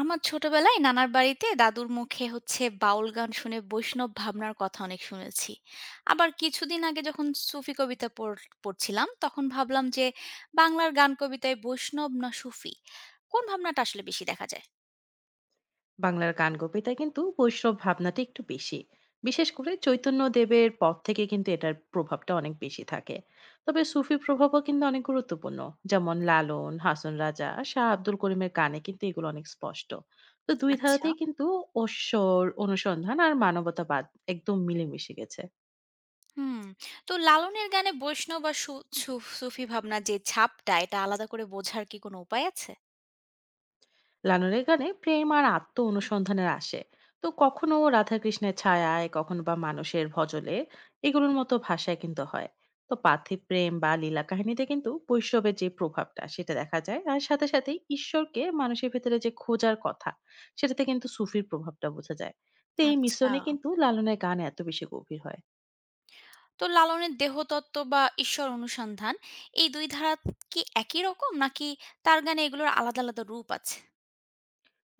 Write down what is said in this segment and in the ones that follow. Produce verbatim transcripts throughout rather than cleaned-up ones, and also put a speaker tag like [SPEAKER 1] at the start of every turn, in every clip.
[SPEAKER 1] আমার ছোটবেলায় নানার বাড়িতে দাদুর মুখে হচ্ছে বাউল গান শুনে বৈষ্ণব ভাবনার কথা অনেক শুনেছি। আবার কিছুদিন আগে যখন সুফি কবিতা পড়- পড়ছিলাম তখন ভাবলাম যে বাংলার গান কবিতায় বৈষ্ণব না সুফি কোন ভাবনাটা আসলে বেশি দেখা যায়।
[SPEAKER 2] বাংলার গান কবিতায় কিন্তু বৈষ্ণব ভাবনাটা একটু বেশি। বিশেষ করে চৈতন্য দেবের পর থেকে কিন্তু এটার প্রভাবটা অনেক বেশি থাকে। তবে সুফি প্রভাবও কিন্তু অনেক গুরুত্বপূর্ণ, যেমন লালন, হাসন রাজা, শাহ আব্দুল করিমের গানে কিন্তু এগুলো অনেক স্পষ্ট। তো দুই
[SPEAKER 1] আচ্ছা।
[SPEAKER 2] ধারাতেই কিন্তু অশ্বর অনুসন্ধান আর মানবতাবাদ একদম মিলেমিশে গেছে।
[SPEAKER 1] হুম। তো লালনের গানে বৈষ্ণব আর সু- সু- সুফি ভাবনা যে ছাপটা এটা আলাদা করে বোঝার কি কোনো উপায় আছে?
[SPEAKER 2] লালনের গানে প্রেম আর আত্ম অনুসন্ধানের আসে। তো কখনো রাধাকৃষ্ণের ছায়ায়, কখনো বা মানুষের ভজলে এগুলোর মতো ভাষায় কিন্তু হয়। তো পার্থিব প্রেম বা লীলা কাহিনীতে কিন্তু বৈষ্ণবের যে প্রভাবটা সেটা দেখা যায়, আর সাথে সাথে ঈশ্বরকে মানুষের ভেতরে যে খোঁজার কথা, সেটাতে কিন্তু সুফির প্রভাবটা বোঝা যায়। তো এই
[SPEAKER 1] আচ্ছা,
[SPEAKER 2] মিশ্রণে কিন্তু লালনের গান এত বেশি গভীর হয়।
[SPEAKER 1] তো লালনের দেহতত্ত্ব বা ঈশ্বর অনুসন্ধান এই দুই ধারা কি একই রকম নাকি তার গানে এগুলোর আলাদা আলাদা রূপ আছে?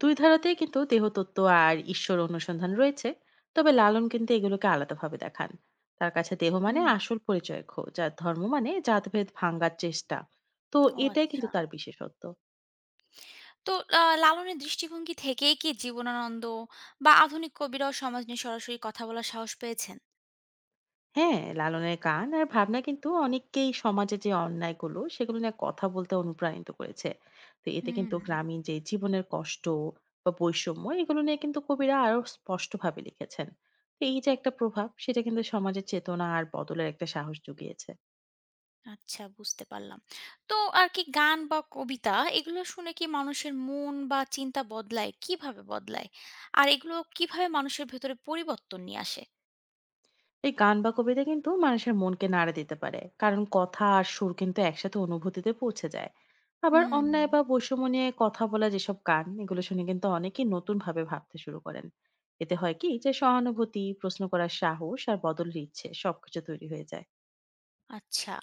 [SPEAKER 2] দুই ধারাতেই কিন্তু দেহতত্ত্ব আর ঈশ্বর অনুসন্ধান রয়েছে। তবে লালন কিন্তু এগুলোকে আলাদাভাবে দেখান। তার কাছে দেহ মানে
[SPEAKER 1] হুম,
[SPEAKER 2] আসল পরিচয়ের খোঁজ, আর ধর্ম মানে জাতভেদ ভাঙ্গার চেষ্টা। তো
[SPEAKER 1] ও
[SPEAKER 2] এটাই কিন্তু
[SPEAKER 1] আচ্ছা।
[SPEAKER 2] তার বিশেষত্ব।
[SPEAKER 1] তো আ লালনের দৃষ্টিভঙ্গি থেকেই কি জীবনানন্দ বা আধুনিক কবিরাও সমাজ নিয়ে সরাসরি কথা বলার সাহস পেয়েছেন?
[SPEAKER 2] হ্যাঁ, লালনের গান আর ভাবনা কিন্তু অনেককেই সমাজে যে অন্যায়গুলো সেগুলো নিয়ে কথা বলতে অনুপ্রাণিত করেছে। তো এতে
[SPEAKER 1] হুম,
[SPEAKER 2] কিন্তু গ্রামীণ যে জীবনের কষ্ট বা বৈষম্য, এগুলো নিয়ে কিন্তু কবিরা আরো স্পষ্টভাবে লিখেছেন। তো এই যে একটা প্রভাব, সেটা কিন্তু সমাজের চেতনা আর বদলের একটা সাহস জুগিয়েছে।
[SPEAKER 1] আচ্ছা বুঝতে পারলাম। তো আর কি গান বা কবিতা এগুলো শুনে কি মানুষের মন বা চিন্তা বদলায়? কিভাবে বদলায়? আর এগুলো কিভাবে মানুষের ভেতরে পরিবর্তন নিয়ে আসে?
[SPEAKER 2] এই গান বা কবিতা কিন্তু মানুষের মনকে নাড়া দিতে পারে, কারণ কথা আর সুর কিন্তু একসাথে অনুভূতিতে পৌঁছে যায়। আবার
[SPEAKER 1] হুম,
[SPEAKER 2] অন্যায় বা বৈষম্য নিয়ে কথা বলা যেসব গান, এগুলো শুনে কিন্তু অনেকেই নতুন ভাবে ভাবতে শুরু করেন। এতে হয় কি যে সহানুভূতি, প্রশ্ন করার সাহস আর বদল ইচ্ছে সবকিছু তৈরি হয়ে যায়।
[SPEAKER 1] আচ্ছা।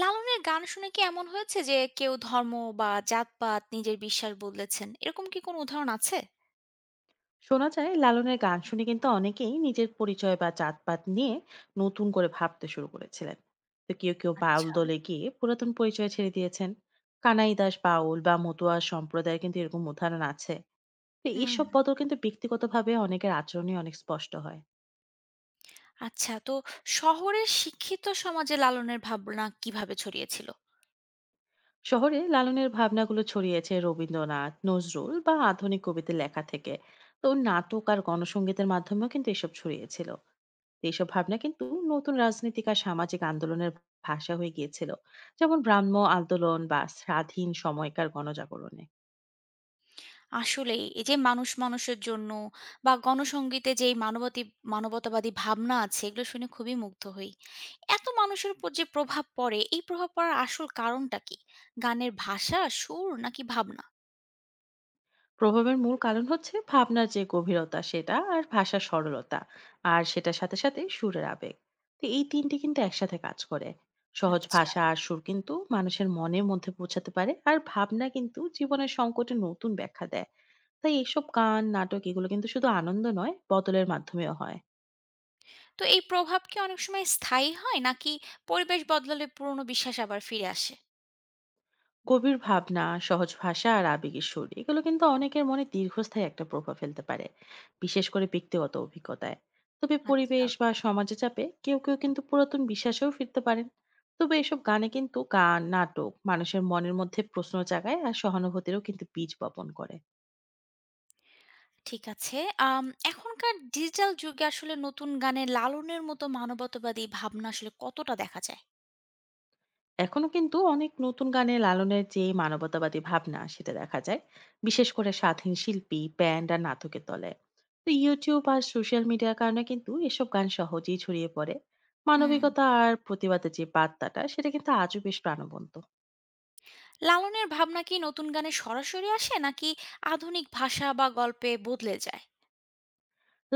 [SPEAKER 1] লালনের গান শুনে কি এমন হয়েছে যে কেউ ধর্ম বা জাতপাত নিজের বিশ্বাস বদলেছেন? এরকম কি কোনো উদাহরণ আছে?
[SPEAKER 2] শোনা যায়, লালনের গান শুনে কিন্তু অনেকেই নিজের পরিচয় বা জাতপাত নিয়ে নতুন করে ভাবতে শুরু করেছিলেন। তো কেউ কেউ বাউল
[SPEAKER 1] আচ্ছা।
[SPEAKER 2] দলে গিয়ে পুরাতন পরিচয় ছেড়ে দিয়েছেন। কানাই দাস বাউল বা মতুয়া সম্প্রদায় কিন্তু এরকম উদাহরণ আছে। তো
[SPEAKER 1] হুম।
[SPEAKER 2] এইসব বদল কিন্তু ব্যক্তিগতভাবে অনেকের আচরণে অনেক স্পষ্ট হয়।
[SPEAKER 1] আচ্ছা, তো শহরের শিক্ষিত সমাজে লালনের ভাবনা কিভাবে ছড়িয়েছিল?
[SPEAKER 2] শহরে লালনের ভাবনাগুলো ছড়িয়েছে রবীন্দ্রনাথ, নজরুল বা আধুনিক কবিদের লেখা থেকে। তো নাটক আর গণসংগীতের মাধ্যমেও কিন্তু এসব ছড়িয়েছিল। তো এইসব ভাবনা কিন্তু নতুন রাজনৈতিক আর সামাজিক আন্দোলনের ভাষা হয়ে গিয়েছিল, যেমন ব্রাহ্ম আন্দোলন বা স্বাধীন সময়কার গণজাগরণে।
[SPEAKER 1] আসলেই এই যে মানুষ মানুষের জন্য বা গণসংগীতে যে এই মানবতি মানবতাবাদী ভাবনা আছে এগুলো শুনে খুবই মুগ্ধ হই। এত মানুষের উপর যে প্রভাব পড়ে এই প্রভাব পড়ার আসল কারণটা কি? গানের ভাষা, সুর নাকি ভাবনা?
[SPEAKER 2] প্রভাবের মূল কারণ হচ্ছে ভাবনার যে গভীরতা সেটা আর ভাষার সরলতা, আর সেটার সাথে সাথে সুরের আবেগ। তো এই তিনটি কিন্তু একসাথে কাজ করে। সহজ
[SPEAKER 1] আচ্ছা।
[SPEAKER 2] ভাষা আর সুর কিন্তু মানুষের মনের মধ্যে পৌঁছাতে পারে, আর ভাবনা কিন্তু জীবনের সংকটে নতুন ব্যাখ্যা দেয়। তাই এইসব গান, নাটক এগুলো কিন্তু শুধু আনন্দ নয়, বদলের মাধ্যমেও হয়।
[SPEAKER 1] তো এই প্রভাব কি অনেক সময় স্থায়ী হয় নাকি পরিবেশ বদলালে পুরনো বিশ্বাস আবার ফিরে আসে?
[SPEAKER 2] গভীর ভাবনা, সহজ ভাষা আর আবেগের সুর, এগুলো কিন্তু অনেকের মনে দীর্ঘস্থায়ী একটা প্রভাব ফেলতে পারে, বিশেষ করে ব্যক্তিগত অভিজ্ঞতায়। তবে
[SPEAKER 1] আচ্ছা,
[SPEAKER 2] পরিবেশ বা সমাজে চাপে কেউ কেউ কিন্তু পুরাতন বিশ্বাসেও ফিরতে পারেন। তবে এসব গানে কিন্তু গান, নাটক মানুষের মনের মধ্যে প্রশ্ন জাগায়, আর সহানুভূতিরও কিন্তু বীজ বপন করে।
[SPEAKER 1] ঠিক আছে। আম এখনকার ডিজিটাল যুগে আসলে নতুন গানে লালনের মতো মানবতাবাদী ভাবনা আসলে কতটা দেখা যায়?
[SPEAKER 2] এখনো কিন্তু অনেক নতুন গানে লালনের যে মানবতাবাদী ভাবনা সেটা দেখা যায়, বিশেষ করে স্বাধীন শিল্পী, ব্যান্ড আর নাটকের দলে। তো ইউটিউব আর সোশ্যাল মিডিয়ার কারণে কিন্তু এসব গান সহজেই ছড়িয়ে পড়ে।
[SPEAKER 1] হুম।
[SPEAKER 2] মানবিকতা আর প্রতিবাদের যে বার্তাটা, সেটা কিন্তু আজও বেশ প্রাণবন্ত।
[SPEAKER 1] লালনের ভাবনা কি নতুন গানে সরাসরি আসে নাকি আধুনিক ভাষা বা গল্পে বদলে যায়?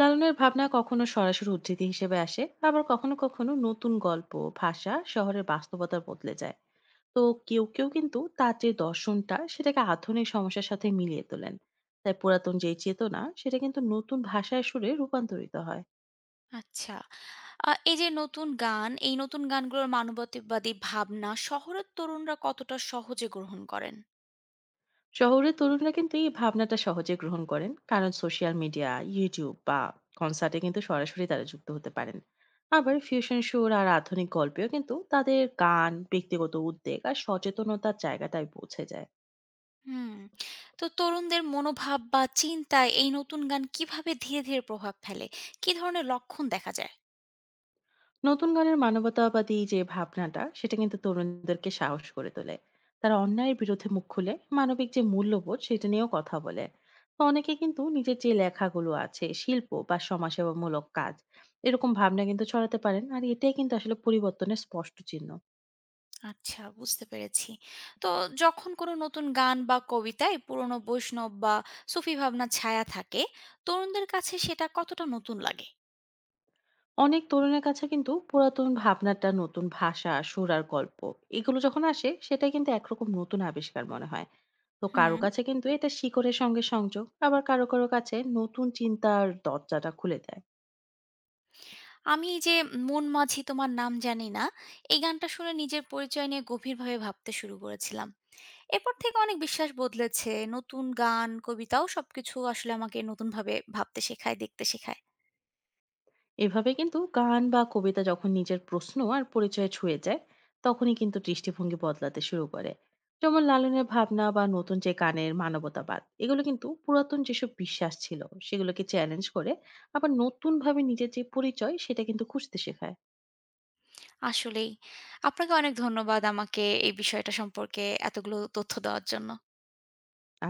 [SPEAKER 2] লালনের ভাবনা কখনো সরাসরি উদ্ধৃতি হিসেবে আসে, আবার কখনো কখনো নতুন গল্প, ভাষা, শহরের বাস্তবতা বদলে যায়। তো কেউ কেউ কিন্তু তার যে দর্শনটা সেটাকে আধুনিক সমস্যার সাথে মিলিয়ে তোলেন। তাই পুরাতন যে চেতনা সেটা কিন্তু নতুন ভাষায়, সুরে রূপান্তরিত হয়।
[SPEAKER 1] আচ্ছা। আ এই যে নতুন গান, এই নতুন গানগুলোর মানবতাবাদী ভাবনা শহরের তরুণরা কতটা সহজে গ্রহণ করেন?
[SPEAKER 2] শহরের তরুণরা কিন্তু এই ভাবনাটা সহজে গ্রহণ করেন, কারণ সোশ্যাল মিডিয়া, ইউটিউব বা কনসার্টে কিন্তু সরাসরি তারা যুক্ত হতে পারেন। আবার ফিউশন সুর আর আধুনিক গল্পেও কিন্তু তাদের গান ব্যক্তিগত উদ্বেগ আর সচেতনতার জায়গাটায় পৌঁছে যায়।
[SPEAKER 1] হুম। তো তরুণদের মনোভাব বা চিন্তায় এই নতুন গান কিভাবে ধীরে, ধীরে প্রভাব ফেলে? কি ধরনের লক্ষণ দেখা যায়?
[SPEAKER 2] নতুন গানের মানবতাবাদী যে ভাবনাটা, সেটা কিন্তু তরুণদেরকে সাহস করে তোলে। তারা অন্যায়ের বিরুদ্ধে মুখ খুলে মানবিক যে মূল্যবোধ সেটা নিয়েও কথা বলে। তো অনেকে কিন্তু নিজের যে লেখাগুলো আছে, শিল্প বা সমাজসেবামূলক কাজ, এরকম ভাবনা কিন্তু ছড়াতে পারেন, আর এটাই কিন্তু আসলে পরিবর্তনের স্পষ্ট চিহ্ন।
[SPEAKER 1] আচ্ছা, বুঝতে পেরেছি। তো যখন কোনো নতুন গান বা কবিতায় পুরনো বৈষ্ণব বা সুফি ভাবনার ছায়া থাকে, তরুণদের কাছে সেটা কতটা নতুন লাগে?
[SPEAKER 2] অনেক তরুণের কাছে কিন্তু পুরাতন ভাবনাটা নতুন ভাষা, সুরার গল্প, এগুলো যখন আসে সেটা কিন্তু একরকম নতুন আবিষ্কার মনে হয়। তো কারো
[SPEAKER 1] হুম।
[SPEAKER 2] কাছে কিন্তু এটা শিকড়ের সঙ্গে সংযোগ, আবার কারো কারো কাছে নতুন চিন্তার দরজাটা খুলে দেয়।
[SPEAKER 1] আমি এই যে 'মন মাঝি তোমার নাম জানি না' এই গানটা শুনে নিজের পরিচয় নিয়ে গভীরভাবে ভাবতে শুরু করেছিলাম। এরপর থেকে অনেক বিশ্বাস বদলেছে। নতুন গান, কবিতাও সবকিছু আসলে আমাকে নতুনভাবে ভাবতে শেখায়, দেখতে শেখায়।
[SPEAKER 2] এভাবে কিন্তু গান বা কবিতা যখন নিজের প্রশ্ন আর পরিচয়ে ছুঁয়ে যায়, তখনই কিন্তু দৃষ্টিভঙ্গি বদলাতে শুরু করে। যেমন লালনের ভাবনা বা নতুন যে গানের মানবতাবাদ, এগুলো কিন্তু পুরাতন যেসব বিশ্বাস ছিল সেগুলোকে চ্যালেঞ্জ করে, আবার নতুন ভাবে নিজের যে পরিচয় সেটা কিন্তু খুঁজতে শেখায়।
[SPEAKER 1] আসলেই। আপনাকে অনেক ধন্যবাদ আমাকে এই বিষয়টা সম্পর্কে এতগুলো তথ্য দেওয়ার জন্য।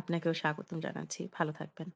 [SPEAKER 2] আপনাকেও স্বাগতম জানাচ্ছি। ভালো থাকবেন।